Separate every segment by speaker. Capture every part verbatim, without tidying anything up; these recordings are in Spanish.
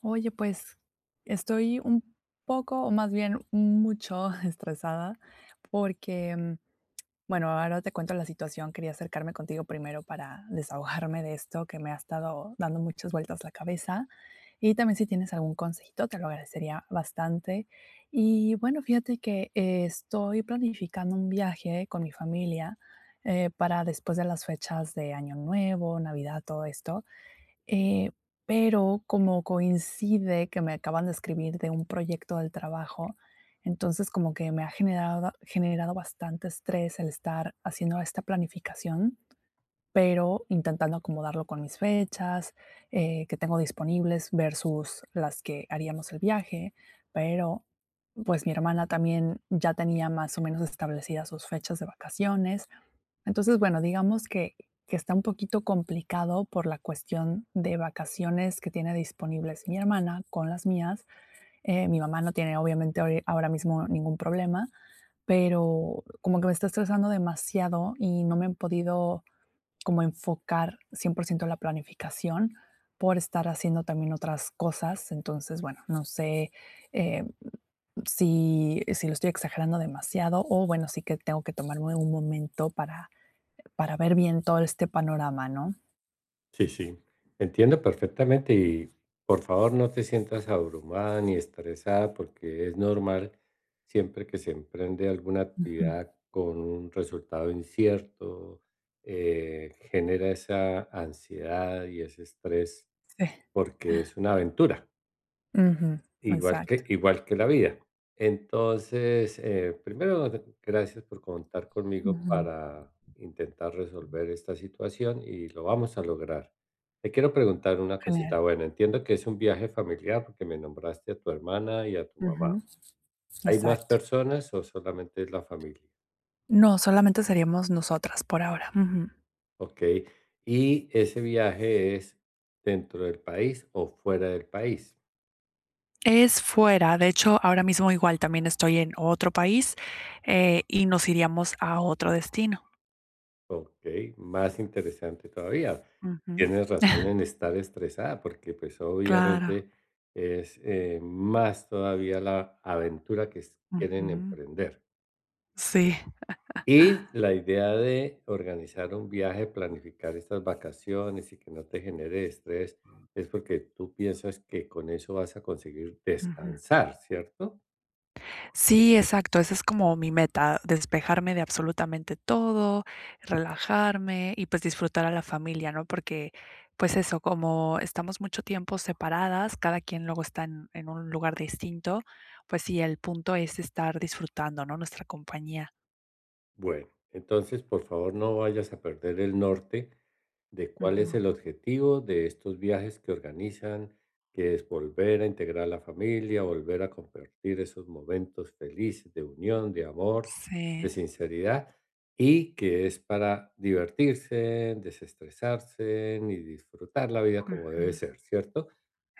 Speaker 1: Oye, pues estoy un poco, o más bien mucho estresada, porque, mm, bueno, ahora te cuento la situación. Quería acercarme contigo primero para desahogarme de esto que me ha estado dando muchas vueltas la cabeza. Y también si tienes algún consejito, te lo agradecería bastante. Y bueno, fíjate que eh, estoy planificando un viaje con mi familia eh, para después de las fechas de Año Nuevo, Navidad, todo esto. Eh, pero como coincide que me acaban de escribir de un proyecto del trabajo, entonces como que me ha generado, generado bastante estrés el estar haciendo esta planificación pero intentando acomodarlo con mis fechas, eh, que tengo disponibles versus las que haríamos el viaje, pero pues mi hermana también ya tenía más o menos establecidas sus fechas de vacaciones. Entonces, bueno, digamos que, que está un poquito complicado por la cuestión de vacaciones que tiene disponibles mi hermana con las mías. Eh, mi mamá no tiene obviamente ahori- ahora mismo ningún problema, pero como que me está estresando demasiado y no me han podido como enfocar cien por ciento la planificación por estar haciendo también otras cosas. Entonces, bueno, no sé eh, si, si lo estoy exagerando demasiado o bueno, sí que tengo que tomarme un momento para, para ver bien todo este panorama, ¿no?
Speaker 2: Sí, sí, entiendo perfectamente y por favor no te sientas abrumada ni estresada porque es normal siempre que se emprende alguna
Speaker 1: Ujú.
Speaker 2: actividad con un resultado incierto. Eh, genera esa ansiedad y ese estrés
Speaker 1: Sí.
Speaker 2: porque es una aventura.
Speaker 1: Ujú.
Speaker 2: Igual que
Speaker 1: Exacto.
Speaker 2: igual que la vida. Entonces, eh, primero, gracias por contar conmigo
Speaker 1: Ujú.
Speaker 2: para intentar resolver esta situación y lo vamos a lograr. Te quiero preguntar una
Speaker 1: Genial.
Speaker 2: cosita. Bueno, entiendo que es un viaje familiar porque me nombraste a tu hermana y a tu
Speaker 1: Ujú.
Speaker 2: mamá. ¿Hay más
Speaker 1: Exacto.
Speaker 2: personas o solamente es la familia?
Speaker 1: No, solamente seríamos nosotras por ahora. Ujú.
Speaker 2: ¿Ok? ¿Y ese viaje es dentro del país o fuera del país?
Speaker 1: Es fuera, de hecho, ahora mismo igual también estoy en otro país, eh, y nos iríamos a otro destino.
Speaker 2: ¿Ok? Más interesante todavía.
Speaker 1: Ujú.
Speaker 2: Tienes razón en estar estresada, porque, pues,
Speaker 1: Claro.
Speaker 2: obviamente es, eh, más todavía la aventura que s quieren
Speaker 1: Ujú.
Speaker 2: emprender.
Speaker 1: Sí.
Speaker 2: Y la idea de organizar un viaje, planificar estas vacaciones y que no te genere estrés, es porque tú piensas que con eso vas a conseguir
Speaker 1: Ujú.
Speaker 2: descansar, ¿cierto?
Speaker 1: Sí, exacto, esa es como mi meta, despejarme de absolutamente todo, relajarme y, pues, disfrutar a la familia, ¿no? Porque, pues, eso, como estamos mucho tiempo separadas, cada quien luego está en en un lugar distinto, pues sí, el punto es estar disfrutando, ¿no? Nuestra compañía.
Speaker 2: Bueno, entonces, por favor, no vayas a perder el norte de cuál es
Speaker 1: Ujú.
Speaker 2: el objetivo de estos viajes que organizan, que es volver a integrar la familia, volver a compartir esos momentos felices de unión, de amor, de
Speaker 1: Sí.
Speaker 2: sinceridad, y que es para divertirse, desestresarse y disfrutar la vida como
Speaker 1: Ujú,
Speaker 2: debe ser, ¿cierto?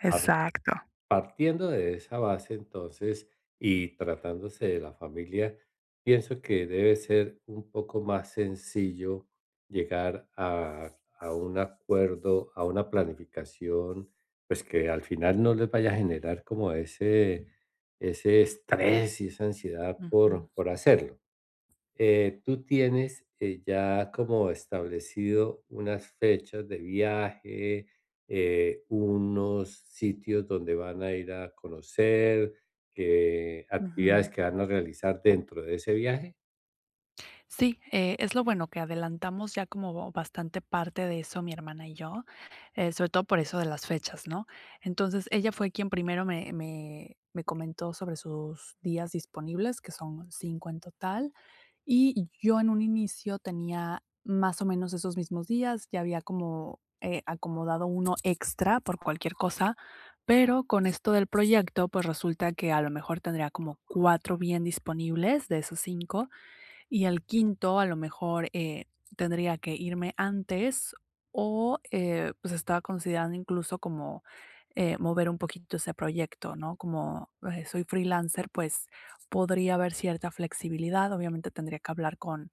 Speaker 1: exacto.
Speaker 2: Partiendo de esa base, entonces, y tratándose de la familia, pienso que debe ser un poco más sencillo llegar a, a un acuerdo, a una planificación, pues que al final no les vaya a generar como ese, ese estrés y esa ansiedad
Speaker 1: Ujú,
Speaker 2: por, por hacerlo. Eh, ¿tú tienes, eh, ya como establecido unas fechas de viaje, eh, unos sitios donde van a ir a conocer, que actividades
Speaker 1: ujú.
Speaker 2: que van a realizar dentro de ese viaje?
Speaker 1: Sí, eh, es lo bueno que adelantamos ya como bastante parte de eso mi hermana y yo, eh, sobre todo por eso de las fechas, ¿no? Entonces, ella fue quien primero me, me, me comentó sobre sus días disponibles, que son cinco en total. Y yo en un inicio tenía más o menos esos mismos días, ya había como, eh, acomodado uno extra por cualquier cosa, pero con esto del proyecto, pues resulta que a lo mejor tendría como cuatro bien disponibles de esos cinco y al quinto, a lo mejor, eh, tendría que irme antes o, eh, pues, estaba considerando incluso como, eh, mover un poquito ese proyecto, ¿no? Como, eh, soy freelancer, pues, podría haber cierta flexibilidad. Obviamente, tendría que hablar con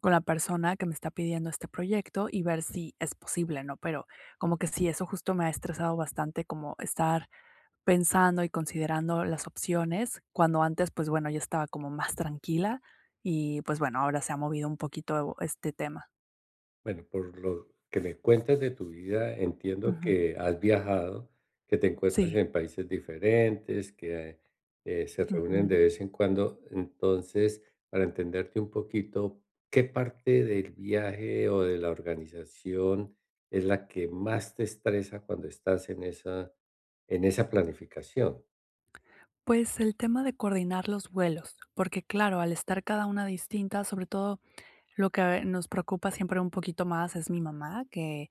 Speaker 1: con la persona que me está pidiendo este proyecto y ver si es posible, ¿no? Pero como que sí, eso justo me ha estresado bastante, como estar pensando y considerando las opciones, cuando antes, pues bueno, yo estaba como más tranquila y, pues bueno, ahora se ha movido un poquito este tema.
Speaker 2: Bueno, por lo que me cuentas de tu vida, entiendo
Speaker 1: Ujú.
Speaker 2: que has viajado, que te encuentras
Speaker 1: Sí,
Speaker 2: en países diferentes, que eh, se reúnen
Speaker 1: ujú.
Speaker 2: de vez en cuando. Entonces, para entenderte un poquito, ¿qué parte del viaje o de la organización es la que más te estresa cuando estás en esa, en esa planificación?
Speaker 1: Pues el tema de coordinar los vuelos, porque claro, al estar cada una distinta, sobre todo lo que nos preocupa siempre un poquito más es mi mamá, que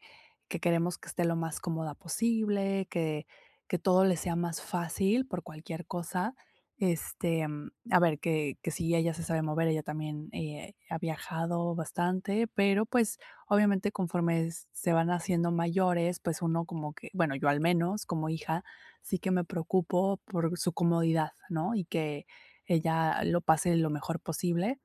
Speaker 1: que queremos que esté lo más cómoda posible, que que todo le sea más fácil por cualquier cosa. Este, mm, a ver, que que sí, ella se sabe mover, ella también, eh, ha viajado bastante, pero, pues, obviamente, conforme s se van haciendo mayores, pues, uno como que bueno, yo al menos, como hija, sí que me preocupo por su comodidad, ¿no? Y que ella lo pase lo mejor posible.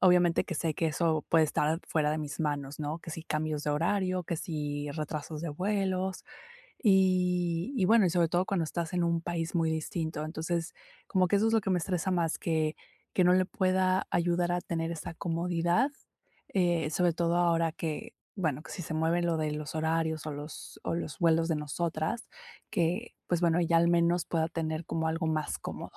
Speaker 1: Obviamente que sé que eso puede estar fuera de mis manos, ¿no? Que si cambios de horario, que si retrasos de vuelos y, y bueno, y sobre todo cuando estás en un país muy distinto. Entonces, como que eso es lo que me estresa más, que, que no le pueda ayudar a tener esa comodidad, eh, sobre todo ahora que, bueno, que si se mueve lo de los horarios o los, o los vuelos de nosotras, que pues bueno, ella al menos pueda tener como algo más cómodo.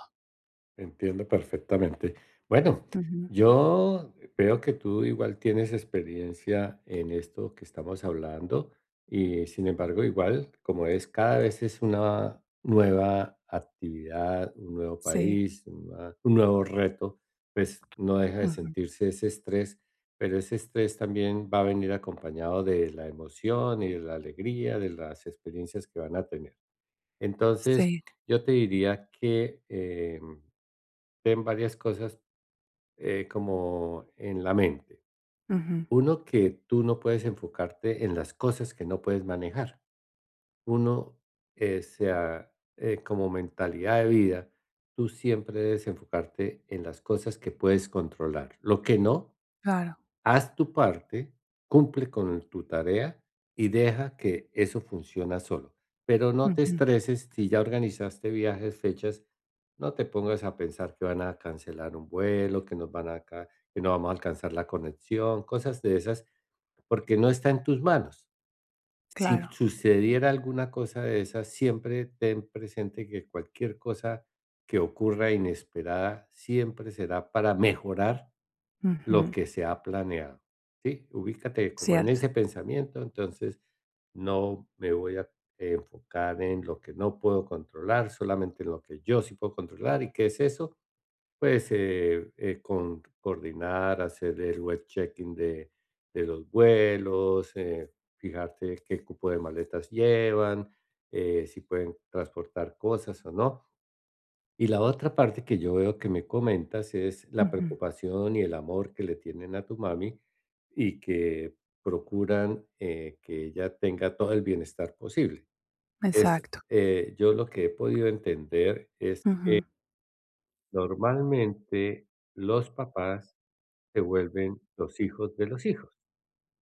Speaker 2: Entiendo perfectamente. Bueno,
Speaker 1: Ujú.
Speaker 2: yo veo que tú igual tienes experiencia en esto que estamos hablando y sin embargo igual como es cada vez es una nueva actividad, un nuevo
Speaker 1: Sí,
Speaker 2: país, una- un nuevo reto, pues no deja de
Speaker 1: ujú,
Speaker 2: sentirse ese estrés, pero ese estrés también va a venir acompañado de la emoción y de la alegría, de las experiencias que van a tener. Entonces,
Speaker 1: sí,
Speaker 2: yo te diría que... em, ten varias cosas eh, como en la mente.
Speaker 1: ujú,
Speaker 2: Uno, que tú no puedes enfocarte en las cosas que no puedes manejar. Uno, eh, sea eh, como mentalidad de vida, tú siempre debes enfocarte en las cosas que puedes controlar. Lo que no,
Speaker 1: claro.
Speaker 2: haz tu parte, cumple con tu tarea y deja que eso funciona solo. Pero no te
Speaker 1: Ujú,
Speaker 2: estreses si ya organizaste viajes, fechas, no te pongas a pensar que van a cancelar un vuelo, que nos van a ca- que no vamos a alcanzar la conexión, cosas de esas, porque no está en tus manos. Si
Speaker 1: claro.
Speaker 2: sucediera alguna cosa de esas, siempre ten presente que cualquier cosa que ocurra inesperada siempre será para mejorar lo
Speaker 1: Ujú,
Speaker 2: que se ha planeado, ¿sí? Ubícate como en ese
Speaker 1: cierto.
Speaker 2: pensamiento, entonces no me voy a enfocar en lo que no puedo controlar, solamente en lo que yo sí puedo controlar. ¿Y qué es eso? Pues eh, eh, con coordinar, hacer el web checking de, de los vuelos, eh, fijarte qué cupo de maletas llevan, eh, si pueden transportar cosas o no. Y la otra parte que yo veo que me comentas es la
Speaker 1: Ujú,
Speaker 2: preocupación y el amor que le tienen a tu mami y que procuran eh, que ella tenga todo el bienestar posible. Es,
Speaker 1: exacto.
Speaker 2: eh, yo lo que he podido entender es
Speaker 1: Ujú,
Speaker 2: normalmente los papás se vuelven los hijos de los hijos.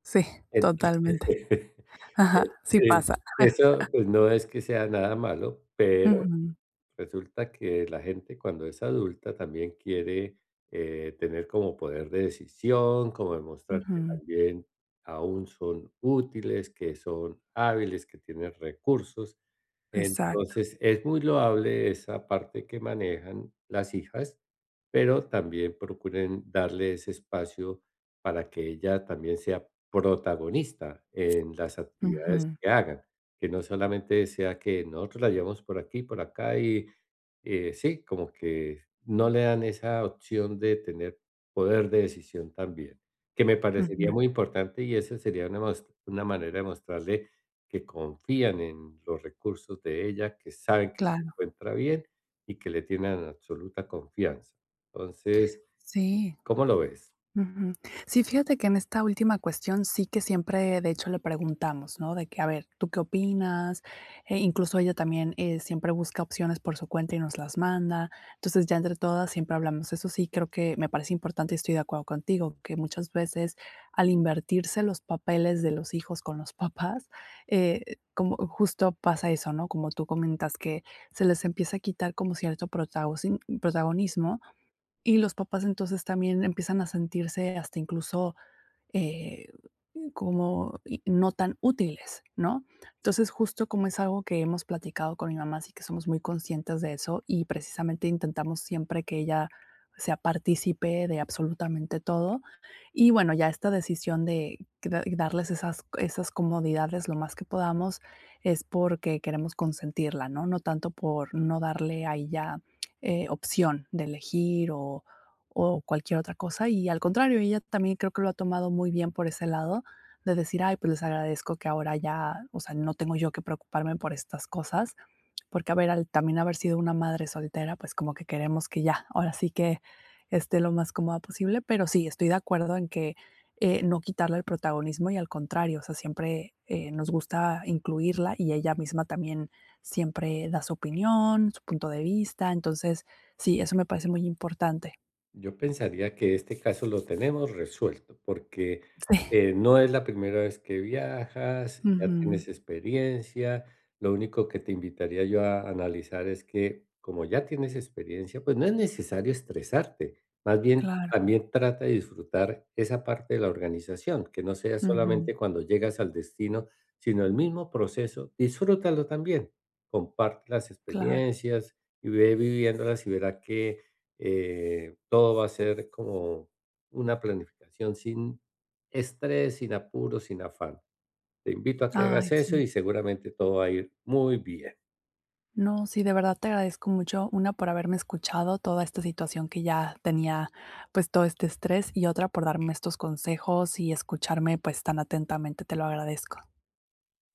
Speaker 1: sí,
Speaker 2: Entonces,
Speaker 1: totalmente.
Speaker 2: eh,
Speaker 1: Ajá, sí
Speaker 2: eh,
Speaker 1: pasa.
Speaker 2: eso pues no es que sea nada malo, pero
Speaker 1: Ujú,
Speaker 2: resulta que la gente cuando es adulta también quiere eh, tener como poder de decisión, como demostrar que
Speaker 1: ujú,
Speaker 2: también aún son útiles, que son hábiles, que tienen recursos.
Speaker 1: exacto.
Speaker 2: Entonces es muy loable esa parte que manejan las hijas, pero también procuren darle ese espacio para que ella también sea protagonista en las actividades
Speaker 1: Ujú,
Speaker 2: que hagan. Que no solamente sea que nosotros la llevamos por aquí, por acá y, eh, sí, como que no le dan esa opción de tener poder de decisión también, que me parecería
Speaker 1: ujú,
Speaker 2: muy importante y esa sería una, mos- una manera de mostrarle que confían en los recursos de ella, que saben que se
Speaker 1: claro,
Speaker 2: encuentra bien y que le tienen absoluta confianza. Entonces,
Speaker 1: sí.
Speaker 2: ¿cómo lo ves?
Speaker 1: Ujú. Sí, fíjate que en esta última cuestión sí que siempre, de hecho, le preguntamos, ¿no? De que, a ver, ¿tú qué opinas? Eh, incluso ella también eh, siempre busca opciones por su cuenta y nos las manda. Entonces, ya entre todas siempre hablamos. Eso sí, creo que me parece importante y estoy de acuerdo contigo, que muchas veces al invertirse los papeles de los hijos con los papás, eh, como justo pasa eso, ¿no? Como tú comentas, que se les empieza a quitar como cierto protagonismo y los papás entonces también empiezan a sentirse hasta incluso eh, como i- no tan útiles, ¿no? Entonces justo como es algo que hemos platicado con mi mamá, así que somos muy conscientes de eso y precisamente intentamos siempre que ella sea partícipe de absolutamente todo. Y bueno, ya esta decisión de que da- darles esas, esas comodidades lo más que podamos es porque queremos consentirla, ¿no? No tanto por no darle a ella eh, opción de elegir o o cualquier otra cosa. Y al contrario, ella también creo que lo ha tomado muy bien por ese lado de decir, ay, pues les agradezco que ahora ya, o sea, no tengo yo que preocuparme por estas cosas, porque a ver, al también haber sido una madre soltera, pues como que queremos que ya, ahora sí que esté lo más cómoda posible, pero sí, estoy de acuerdo en que eh, no quitarle el protagonismo y al contrario, o sea, siempre eh, nos gusta incluirla y ella misma también siempre da su opinión, su punto de vista, entonces sí, eso me parece muy importante.
Speaker 2: Yo pensaría que este caso lo tenemos resuelto, porque,
Speaker 1: Sí.
Speaker 2: eh, no es la primera vez que viajas, ya
Speaker 1: Ujú,
Speaker 2: tienes experiencia. Lo único que te invitaría yo a analizar es que, como ya tienes experiencia, pues, no es necesario estresarte. Más bien,
Speaker 1: claro,
Speaker 2: también trata de disfrutar esa parte de la organización, que no sea
Speaker 1: ujú,
Speaker 2: solamente cuando llegas al destino, sino el mismo proceso, disfrútalo también. Comparte las
Speaker 1: claro.
Speaker 2: experiencias y ve viviéndolas y verá que eh, todo va a ser como una planificación sin estrés, sin apuro, sin afán. Te invito a que hagas
Speaker 1: Ay,
Speaker 2: eso
Speaker 1: sí.
Speaker 2: y seguramente todo va a ir muy bien.
Speaker 1: No, sí, de verdad te agradezco mucho, una por haberme escuchado toda esta situación que ya tenía, pues, todo este estrés y otra por darme estos consejos y escucharme, pues, tan atentamente, te lo agradezco.